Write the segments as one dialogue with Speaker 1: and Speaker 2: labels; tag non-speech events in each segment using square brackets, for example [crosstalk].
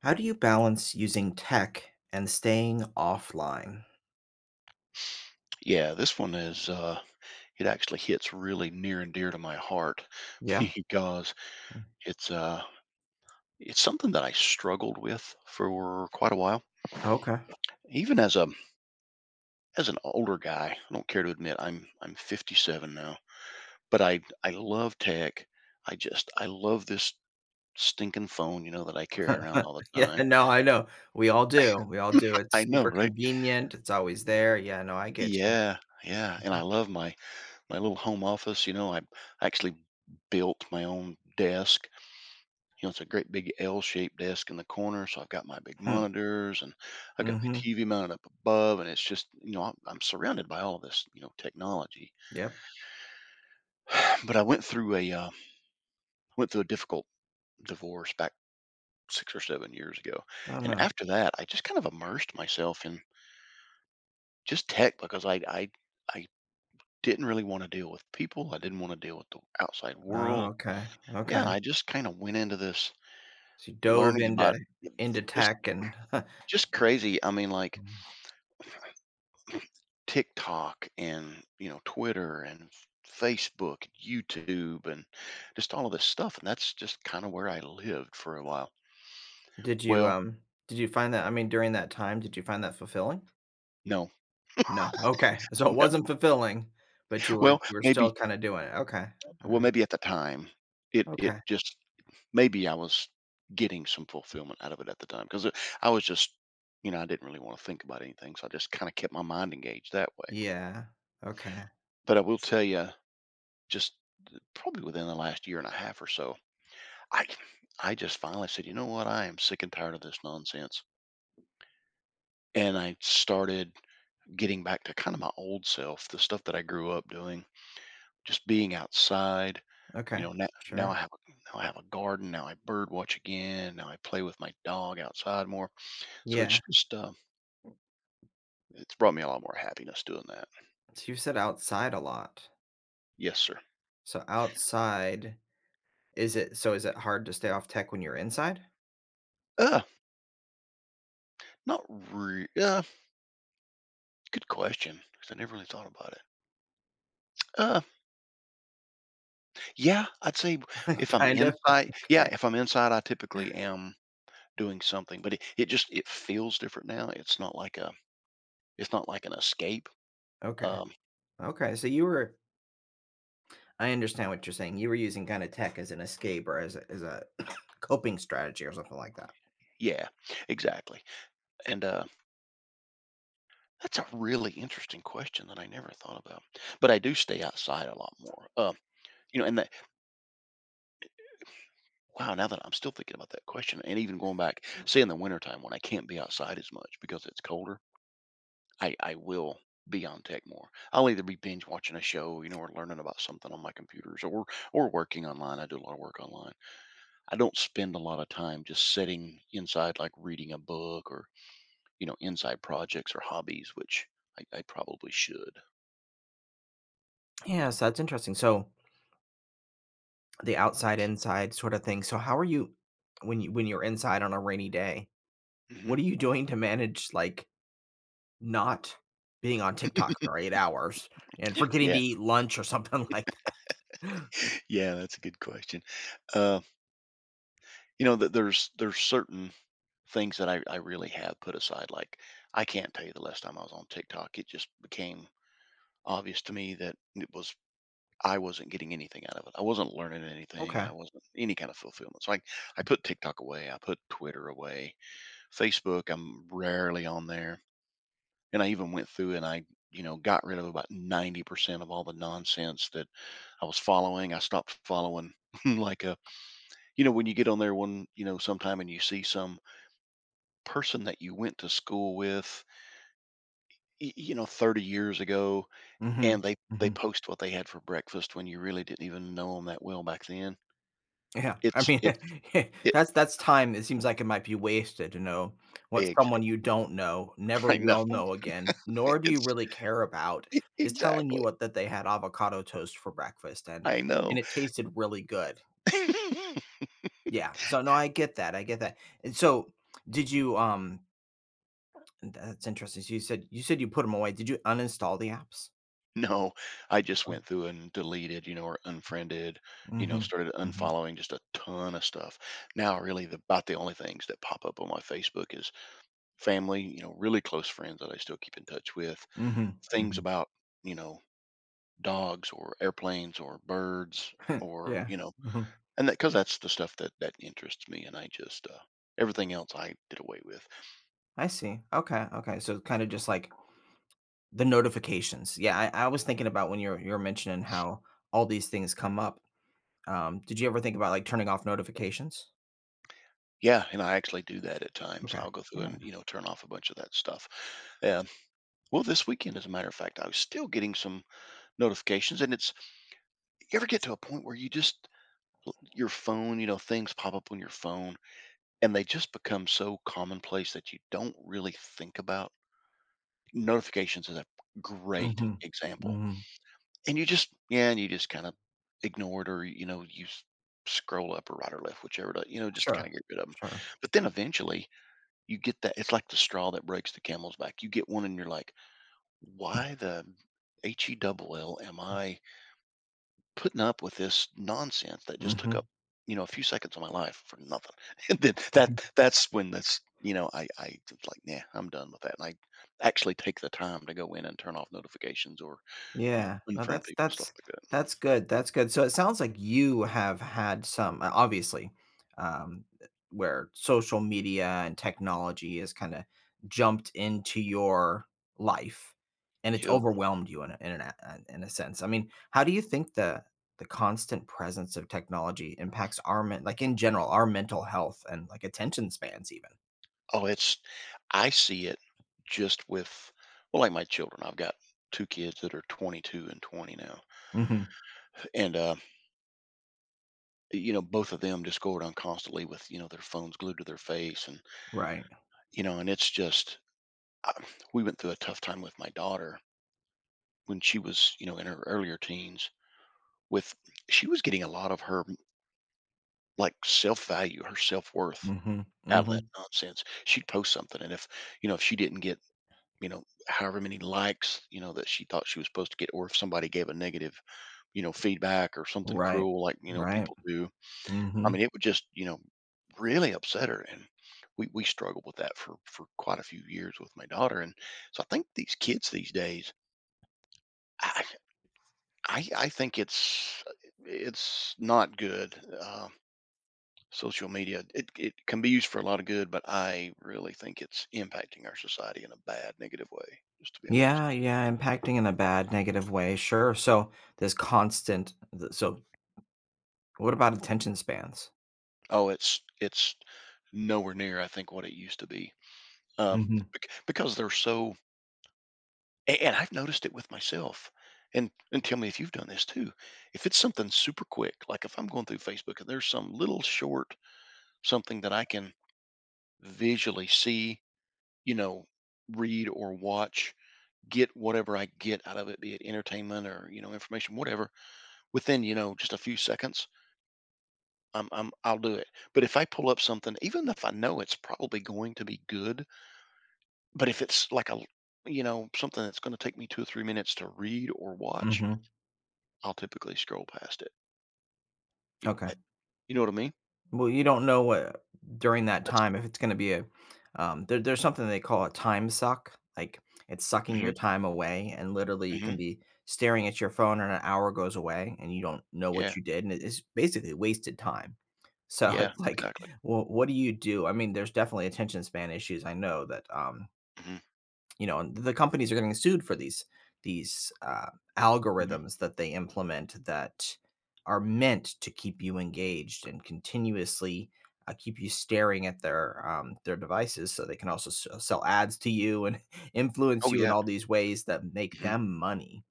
Speaker 1: How do you balance using tech and staying offline?
Speaker 2: Yeah, this one is, it actually hits really near and dear to my heart [laughs]
Speaker 1: Yeah.
Speaker 2: because it's, uh, it's something that I struggled with for quite a while.
Speaker 1: Okay.
Speaker 2: Even as a as an older guy, I don't care to admit I'm 57 now, but I love tech. I just I love this stinking phone that I carry around all
Speaker 1: [laughs]
Speaker 2: the
Speaker 1: Yeah,
Speaker 2: time.
Speaker 1: no, I know. We all do. We all do.
Speaker 2: [laughs] I
Speaker 1: It's
Speaker 2: know,
Speaker 1: super
Speaker 2: right?
Speaker 1: convenient. It's always there. Yeah, no, I get you.
Speaker 2: Yeah, yeah, and I
Speaker 1: Mhm.
Speaker 2: love my little home office. You know, I actually built my own desk. You know, it's a great big L-shaped desk in the corner, so I've got my big
Speaker 1: Hmm.
Speaker 2: monitors and I've got my
Speaker 1: Mhm.
Speaker 2: TV mounted up above, and it's just I'm surrounded by all of this technology.
Speaker 1: Yep.
Speaker 2: [clears throat] But I went through a difficult divorce back 6 or 7 years ago,
Speaker 1: I don't
Speaker 2: and
Speaker 1: know.
Speaker 2: after that, I just kind of immersed myself in just tech because I didn't really want to deal with people. I didn't want to deal with the outside
Speaker 1: Oh,
Speaker 2: world.
Speaker 1: okay.
Speaker 2: Yeah,
Speaker 1: Okay.
Speaker 2: I just kind of went into this
Speaker 1: So you dove
Speaker 2: learning about
Speaker 1: into into
Speaker 2: it
Speaker 1: tech and.
Speaker 2: just crazy. I mean, like
Speaker 1: [laughs]
Speaker 2: TikTok and Twitter and Facebook, YouTube, and just all of this stuff. And that's just kind of where I lived for a while.
Speaker 1: did you
Speaker 2: Well,
Speaker 1: um did you find that I mean, during that time, did you find that fulfilling?
Speaker 2: no,
Speaker 1: No. Okay.
Speaker 2: [laughs]
Speaker 1: So it
Speaker 2: no.
Speaker 1: wasn't fulfilling, but you were
Speaker 2: Well,
Speaker 1: you were still
Speaker 2: maybe.
Speaker 1: kind of doing it. Okay. All
Speaker 2: Well,
Speaker 1: right.
Speaker 2: maybe at the time, it
Speaker 1: Okay.
Speaker 2: just maybe I was getting some fulfillment out of it at the time because I was just I didn't really want to think about anything, so I just kind of kept my mind engaged that way.
Speaker 1: Yeah. Okay.
Speaker 2: But I will tell you, just probably within the last year and a half or so, I I just finally said, you know what? I am sick and tired of this nonsense. And I started getting back to kind of my old self, the stuff that I grew up doing, just being outside. You
Speaker 1: Okay.
Speaker 2: know,
Speaker 1: Sure.
Speaker 2: now I have a garden. Now I bird watch again. Now I play with my dog outside more. So it's
Speaker 1: Yeah.
Speaker 2: just it's brought me a lot more happiness doing that.
Speaker 1: So you said outside a lot.
Speaker 2: Yes, sir.
Speaker 1: So outside, is it hard to stay off tech when you're inside?
Speaker 2: Uh, not re. Good question, 'cause I never really thought about it. Uh, yeah, I'd say
Speaker 1: [laughs] Kind of. Okay.
Speaker 2: if I'm inside, I typically am doing something, but it just it feels different now. It's not like a it's not like an escape.
Speaker 1: Okay.
Speaker 2: Um,
Speaker 1: Okay. So you were I understand what you're saying. You were using kind of tech as an escape or as a, [coughs] coping strategy or something like that.
Speaker 2: yeah, exactly. And that's a really interesting question that I never thought about. But I do stay outside a lot more. You know, and that wow, now that I'm still thinking about that question, and even going back, say in the wintertime when I can't be outside as much because it's colder, I will be on tech more. I'll either be binge watching a show, you know, or learning about something on my computers or working online. I do a lot of work online. I don't spend a lot of time just sitting inside, like reading a book or, you know, inside projects or hobbies, which I probably should.
Speaker 1: Yeah, so that's interesting. So the outside inside sort of thing. So how are you when you're inside on a rainy day?
Speaker 2: Hmm.
Speaker 1: What are you [laughs] doing to manage, like, not being on TikTok for 8 hours and forgetting to
Speaker 2: Yeah,
Speaker 1: eat lunch or something [laughs] like that.
Speaker 2: [laughs] yeah, that's a good question. Uh, you know, that there's certain things that I really have put aside. Like I can't tell you the last time I was on TikTok. It just became obvious to me that it was I wasn't getting anything out of it. I wasn't learning anything, and I
Speaker 1: Okay.
Speaker 2: wasn't any kind of fulfillment. So I put TikTok away. I put Twitter away. Facebook, I'm rarely on there. And I even went through and you know, got rid of about 90% of all the nonsense that I was following. I stopped following [laughs] like a, you know, when you get on there one, you know, sometime and you see some person that you went to school with, you know, 30 years ago, and
Speaker 1: Mhm,
Speaker 2: they
Speaker 1: mhm.
Speaker 2: post what they had for breakfast when you really didn't even know them that well back then.
Speaker 1: Yeah, I mean,
Speaker 2: It's
Speaker 1: [laughs]
Speaker 2: it
Speaker 1: that's time it seems like it might be wasted to know what
Speaker 2: eggs.
Speaker 1: someone you don't know,
Speaker 2: [laughs]
Speaker 1: never
Speaker 2: I know.
Speaker 1: will
Speaker 2: [laughs]
Speaker 1: know again, nor do you
Speaker 2: It's
Speaker 1: really care about,
Speaker 2: [laughs]
Speaker 1: is telling you
Speaker 2: exactly.
Speaker 1: what that they had avocado toast for breakfast and
Speaker 2: I
Speaker 1: and
Speaker 2: know.
Speaker 1: it tasted really good.
Speaker 2: [laughs]
Speaker 1: Yeah, so no, I get that, I get that. And so, did you, um that's interesting, so you said you put them away, did you uninstall the apps?
Speaker 2: No, I just
Speaker 1: Uh,
Speaker 2: went through and deleted, you know, or unfriended, you know,
Speaker 1: mhm,
Speaker 2: started
Speaker 1: mhm,
Speaker 2: unfollowing just a ton of stuff. Now, really, about the only things that pop up on my Facebook is family, you know, really close friends that I still keep in touch with,
Speaker 1: mhm,
Speaker 2: things
Speaker 1: mhm.
Speaker 2: about, you know, dogs or airplanes or birds
Speaker 1: [laughs]
Speaker 2: or,
Speaker 1: Yeah,
Speaker 2: you know,
Speaker 1: mhm.
Speaker 2: and that because that's the stuff that that interests me, and I just everything else I did away with.
Speaker 1: I see. Okay, okay, so kind of just like the notifications. Yeah, I was thinking about when you're mentioning how all these things come up. Did you ever think about, like, turning off notifications?
Speaker 2: Yeah, and I actually do that at times.
Speaker 1: Okay.
Speaker 2: I'll go through
Speaker 1: Yeah.
Speaker 2: and turn off a bunch of that stuff. Yeah. Well, this weekend, as a matter of fact, I was still getting some notifications, and it's you ever get to a point where you just your phone, you know, things pop up on your phone, and they just become so commonplace that you don't really think about. Notifications is a great
Speaker 1: Mhm,
Speaker 2: example,
Speaker 1: mhm.
Speaker 2: and you just yeah, and you just kind of ignore it, or you know, you scroll up or right or left, whichever, to, you know, just to kind
Speaker 1: Sure,
Speaker 2: of get rid of them.
Speaker 1: sure.
Speaker 2: But then eventually, you get that it's like the straw that breaks the camel's back. You get one, and you're like, why the H E double L am I putting up with this nonsense that just took
Speaker 1: Mhm.
Speaker 2: up, you know, a few seconds of my life for nothing. [laughs] And then that's when that's you know, I just like, nah, I'm done with that. And I actually take the time to go in and turn off notifications or you
Speaker 1: Yeah.
Speaker 2: know,
Speaker 1: No,
Speaker 2: unfriend
Speaker 1: that's
Speaker 2: people, stuff
Speaker 1: that's
Speaker 2: like that.
Speaker 1: that's good, that's good. So it sounds like you have had some obviously, where social media and technology has kinda jumped into your life, and it's
Speaker 2: Yep.
Speaker 1: overwhelmed you in a in an a in a sense. I mean, how do you think the constant presence of technology impacts our men like, in general, our mental health and, like, attention spans even?
Speaker 2: Oh, it's I see it just with well, like my children. I've got two kids that are 22 and 20 now,
Speaker 1: Mhm.
Speaker 2: and you know, both of them just go around constantly with their phones glued to their face, and
Speaker 1: Right.
Speaker 2: you know, and it's just uh, we went through a tough time with my daughter when she was, you know, in her earlier teens with she was getting a lot of her like self-value, her self-worth
Speaker 1: Mhm.
Speaker 2: out of that
Speaker 1: Mhm.
Speaker 2: nonsense. She'd post something and if, you know, if she didn't get, you know, however many likes, you know, that she thought she was supposed to get or if somebody gave a negative, you know, feedback or something
Speaker 1: Right.
Speaker 2: cruel like, you know,
Speaker 1: Right.
Speaker 2: people do. I
Speaker 1: Mhm.
Speaker 2: mean, it would just, you know, really upset her and we struggled with that for quite a few years with my daughter. And so I think these kids these days, I I think it's not good. Uh, social media it can be used for a lot of good, but I really think it's impacting our society in a bad, negative way. Just to be honest.
Speaker 1: Yeah, yeah, impacting in a bad, negative way, sure. So so what about attention spans?
Speaker 2: Oh, it's nowhere near I think what it used to be. Um,
Speaker 1: Hmm.
Speaker 2: because they're so, and I've noticed it with myself. And tell me if you've done this too. If it's something super quick, like if I'm going through Facebook and there's some little short something that I can visually see you know, read or watch, get whatever I get out of it, be it entertainment or, you know, information, whatever, within, you know, just a few seconds, I'll do it. But if I pull up something, even if I know it's probably going to be good, but if it's like a, you know, something that's going to take me 2 or 3 minutes to read or watch,
Speaker 1: Hmm.
Speaker 2: I'll typically scroll past it. You,
Speaker 1: Okay.
Speaker 2: you know what I mean?
Speaker 1: Well, you don't know what during that
Speaker 2: That's,
Speaker 1: time if it's going to be a, there's something they call a time suck. Like, it's sucking your
Speaker 2: hmm,
Speaker 1: time away, and literally you
Speaker 2: hmm,
Speaker 1: can be staring at your phone, and an hour goes away, and you don't know what
Speaker 2: yeah,
Speaker 1: you did, and it's basically wasted time. So [laughs]
Speaker 2: yeah,
Speaker 1: it's like,
Speaker 2: exactly.
Speaker 1: well, what do you do? I mean, there's definitely attention span issues. I know that
Speaker 2: Hmm.
Speaker 1: and the companies are getting sued for these these uh,
Speaker 2: Hmm.
Speaker 1: algorithms that they implement that are meant to keep you engaged and continuously keep you staring at their devices. So they can also sell ads to you and [laughs] influence
Speaker 2: Oh
Speaker 1: you in
Speaker 2: yeah,
Speaker 1: all these ways that make
Speaker 2: hmm,
Speaker 1: them money.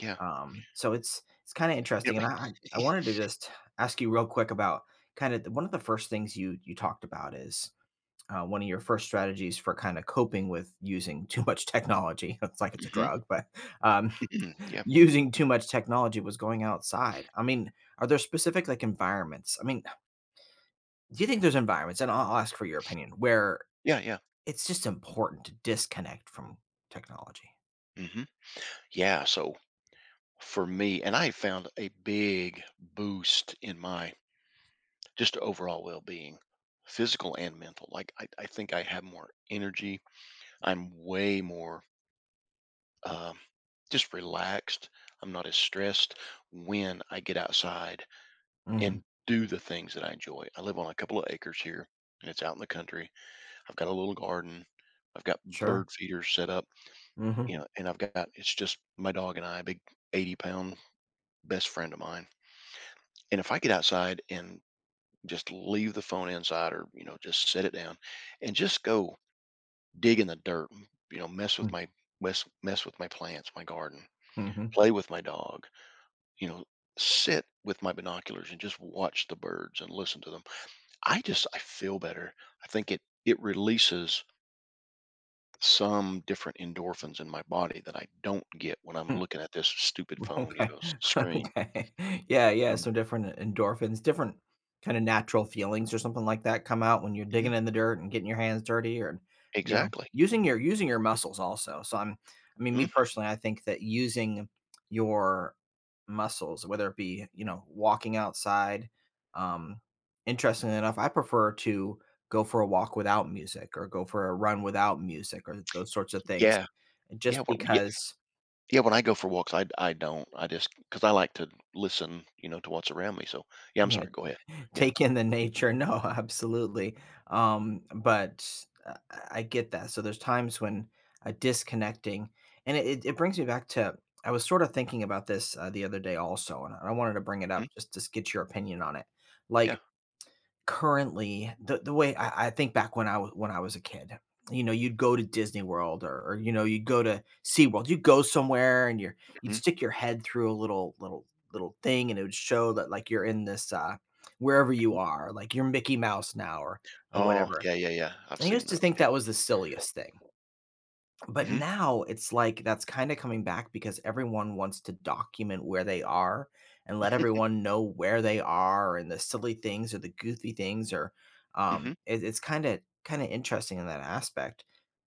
Speaker 2: yeah.
Speaker 1: So it's kind of
Speaker 2: You
Speaker 1: interesting, and
Speaker 2: know,
Speaker 1: I wanted to just ask you real quick about kind of one of the first things you talked about is one of your first strategies for kind of coping with using too much technology. [laughs] It's like it's a
Speaker 2: [laughs]
Speaker 1: drug, but um,
Speaker 2: hmm,
Speaker 1: [laughs]
Speaker 2: yeah,
Speaker 1: using too much technology was going outside. I mean, are there specific, like, environments? I mean, do you think there's environments, and I'll ask for your opinion, where
Speaker 2: yeah, yeah.
Speaker 1: it's just important to disconnect from technology.
Speaker 2: Hmm. Yeah, so for me, and I found a big boost in my just overall well being, physical and mental. Like, I think I have more energy. I'm way more um, just relaxed. I'm not as stressed when I get outside
Speaker 1: Mhm.
Speaker 2: and do the things that I enjoy. I live on a couple of acres here, and it's out in the country. I've got a little garden. I've got
Speaker 1: Sure.
Speaker 2: bird feeders set up,
Speaker 1: Mhm.
Speaker 2: you know, and I've got it's just my dog and I, a big 80 pound best friend of mine. And if I get outside and just leave the phone inside or, you know, just set it down and just go dig in the dirt, you know,
Speaker 1: Mm.
Speaker 2: mess with my plants, my garden,
Speaker 1: Mhm.
Speaker 2: play with my dog, you know, sit with my binoculars and just watch the birds and listen to them. I just I feel better. I think it releases some different endorphins in my body that I don't get when I'm
Speaker 1: [laughs]
Speaker 2: looking at this stupid
Speaker 1: [laughs]
Speaker 2: phone, you
Speaker 1: Okay.
Speaker 2: know,
Speaker 1: [laughs]
Speaker 2: screen.
Speaker 1: Okay. Yeah, yeah, some different endorphins, different kinda natural feelings or something like that come out when you're
Speaker 2: Mhm.
Speaker 1: digging in the dirt and getting your hands dirty or,
Speaker 2: Exactly.
Speaker 1: using your muscles also. So I mean, me
Speaker 2: Mhm.
Speaker 1: personally, I think that using your muscles, whether it be, walking outside, um, interestingly enough, I prefer to go for a walk without music or go for a run without music or those sorts of things
Speaker 2: Yeah. Yeah.
Speaker 1: just
Speaker 2: Well,
Speaker 1: because.
Speaker 2: yeah, when I go for walks, I don't. I just cause I like to listen, you know, to what's around me, so yeah, I'm
Speaker 1: Yeah,
Speaker 2: sorry, go ahead. Yeah.
Speaker 1: take in the nature. No, [laughs] absolutely. But I get that. So there's times when disconnecting, and it brings me back to. I was sort of thinking about this the other day also, and I wanted to bring it
Speaker 2: Mhm,
Speaker 1: up just to get your opinion on it.
Speaker 2: yeah,
Speaker 1: Like, currently, the way I think back when I was a kid, you know, you'd go to Disney World or you know, you'd go to SeaWorld. You'd go somewhere and you'd
Speaker 2: mhm,
Speaker 1: stick your head through a little thing and it would show that, like, you're in this, wherever you
Speaker 2: mhm.
Speaker 1: are, like, you're Mickey Mouse now or
Speaker 2: Oh,
Speaker 1: whatever.
Speaker 2: yeah, yeah, yeah, I've
Speaker 1: I
Speaker 2: seen
Speaker 1: used to
Speaker 2: those,
Speaker 1: think
Speaker 2: yeah.
Speaker 1: that was the silliest thing. But
Speaker 2: Mhm,
Speaker 1: now it's like that's kind of coming back because everyone wants to document where they are and let everyone know where they are and the silly things or the goofy things or
Speaker 2: mhm.
Speaker 1: it's kind of interesting in that aspect.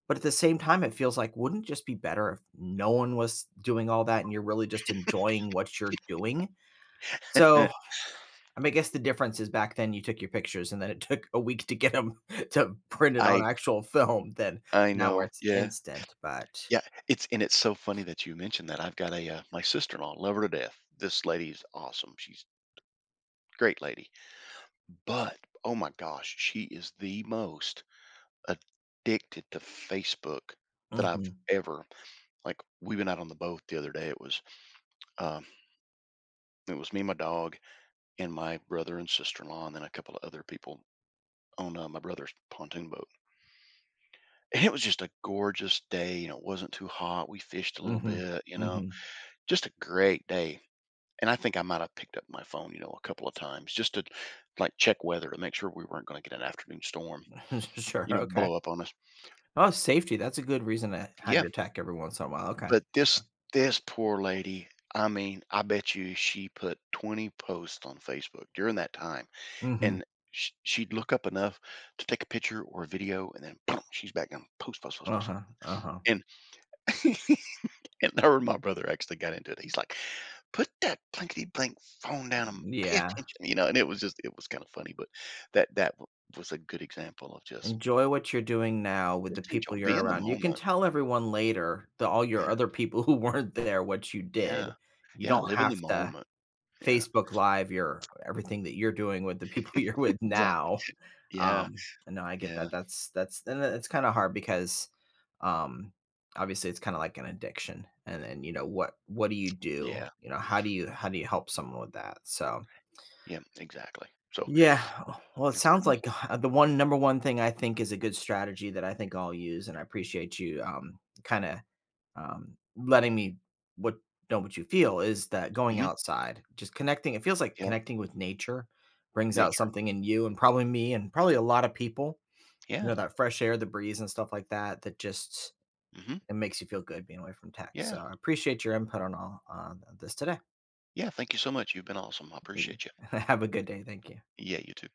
Speaker 1: But at the same time it feels like wouldn't it just be better if no one was doing all that and you're really just enjoying what you're doing? So
Speaker 2: [laughs]
Speaker 1: I mean, I guess the difference is back then you took your pictures and then it [laughs] took a week to get them [laughs] to print it
Speaker 2: I
Speaker 1: on actual film. Then
Speaker 2: I
Speaker 1: now where
Speaker 2: know,
Speaker 1: it's
Speaker 2: yeah.
Speaker 1: instant, but.
Speaker 2: Yeah, it's and it's so funny that you mentioned that. I've got a, my sister-in-law, love her to death. This lady's awesome, she's a great lady, but, oh my gosh, she is the most addicted to Facebook that I've
Speaker 1: Mhm,
Speaker 2: ever. Like, we went out on the boat the other day, it was, um it was me, my dog, and my brother and sister-in-law, and then a couple of other people on my brother's pontoon boat. [laughs] And it was just a gorgeous day. You know, it wasn't too hot. We fished a little
Speaker 1: mhm,
Speaker 2: bit. You know,
Speaker 1: mhm.
Speaker 2: just a great day. And I think I might have picked up my phone, you know, a couple of times just to like check weather to make sure we weren't going to get an afternoon storm,
Speaker 1: [laughs] Sure,
Speaker 2: you know,
Speaker 1: okay.
Speaker 2: blow up on us.
Speaker 1: Oh, safety, that's a good reason to have
Speaker 2: Yeah,
Speaker 1: your tech every once in a while, okay.
Speaker 2: but this poor lady. I mean, I bet you she put 20 posts on Facebook during that time
Speaker 1: Mhm,
Speaker 2: and she'd look up enough to take a picture or a video, and then boom, she's back on post, post, post, post,
Speaker 1: uh-huh,
Speaker 2: post.
Speaker 1: uh-huh.
Speaker 2: And [laughs] and her and my brother actually got into it. He's like, "Put that blankety blank phone down and pay
Speaker 1: Yeah,
Speaker 2: attention," you know. And it was just, it was kind of funny, but that was a good example of
Speaker 1: enjoy what you're doing now with the
Speaker 2: just enjoy,
Speaker 1: people
Speaker 2: be
Speaker 1: you're
Speaker 2: in the
Speaker 1: around. You can
Speaker 2: moment.
Speaker 1: tell everyone later, the all your
Speaker 2: Yeah,
Speaker 1: other people [laughs] who weren't there what you
Speaker 2: yeah,
Speaker 1: did. You
Speaker 2: yeah.
Speaker 1: don't
Speaker 2: Live in
Speaker 1: have
Speaker 2: the
Speaker 1: to
Speaker 2: moment. Yeah,
Speaker 1: Facebook Live, your everything that you're doing with the people [laughs] you're with
Speaker 2: exactly.
Speaker 1: now.
Speaker 2: Yeah,
Speaker 1: Um, and no, I get
Speaker 2: yeah,
Speaker 1: that. That's and it's kind of hard because um obviously it's kind of like an addiction. And then, what do you do?
Speaker 2: yeah,
Speaker 1: How do you help someone with that? So
Speaker 2: yeah. Exactly. So
Speaker 1: yeah. Oh, well, it
Speaker 2: that's
Speaker 1: sounds
Speaker 2: been,
Speaker 1: like the one number one thing I think is a good strategy that I think I'll use, and I appreciate you kind of letting me what know what you feel is that going
Speaker 2: hmm,
Speaker 1: outside, just connecting. It feels like
Speaker 2: yeah,
Speaker 1: connecting with nature brings out
Speaker 2: nature.
Speaker 1: something in you, and probably me, and probably a lot of people. You
Speaker 2: Yeah,
Speaker 1: know that fresh air, the breeze, and stuff like that. That just
Speaker 2: hmm,
Speaker 1: It makes you feel good being away from tech. So
Speaker 2: yeah.
Speaker 1: I appreciate your input on all this today.
Speaker 2: Yeah, thank you so much. You've been awesome. I
Speaker 1: You-
Speaker 2: appreciate you.
Speaker 1: [laughs] Have a good day. Thank you.
Speaker 2: Yeah, you too.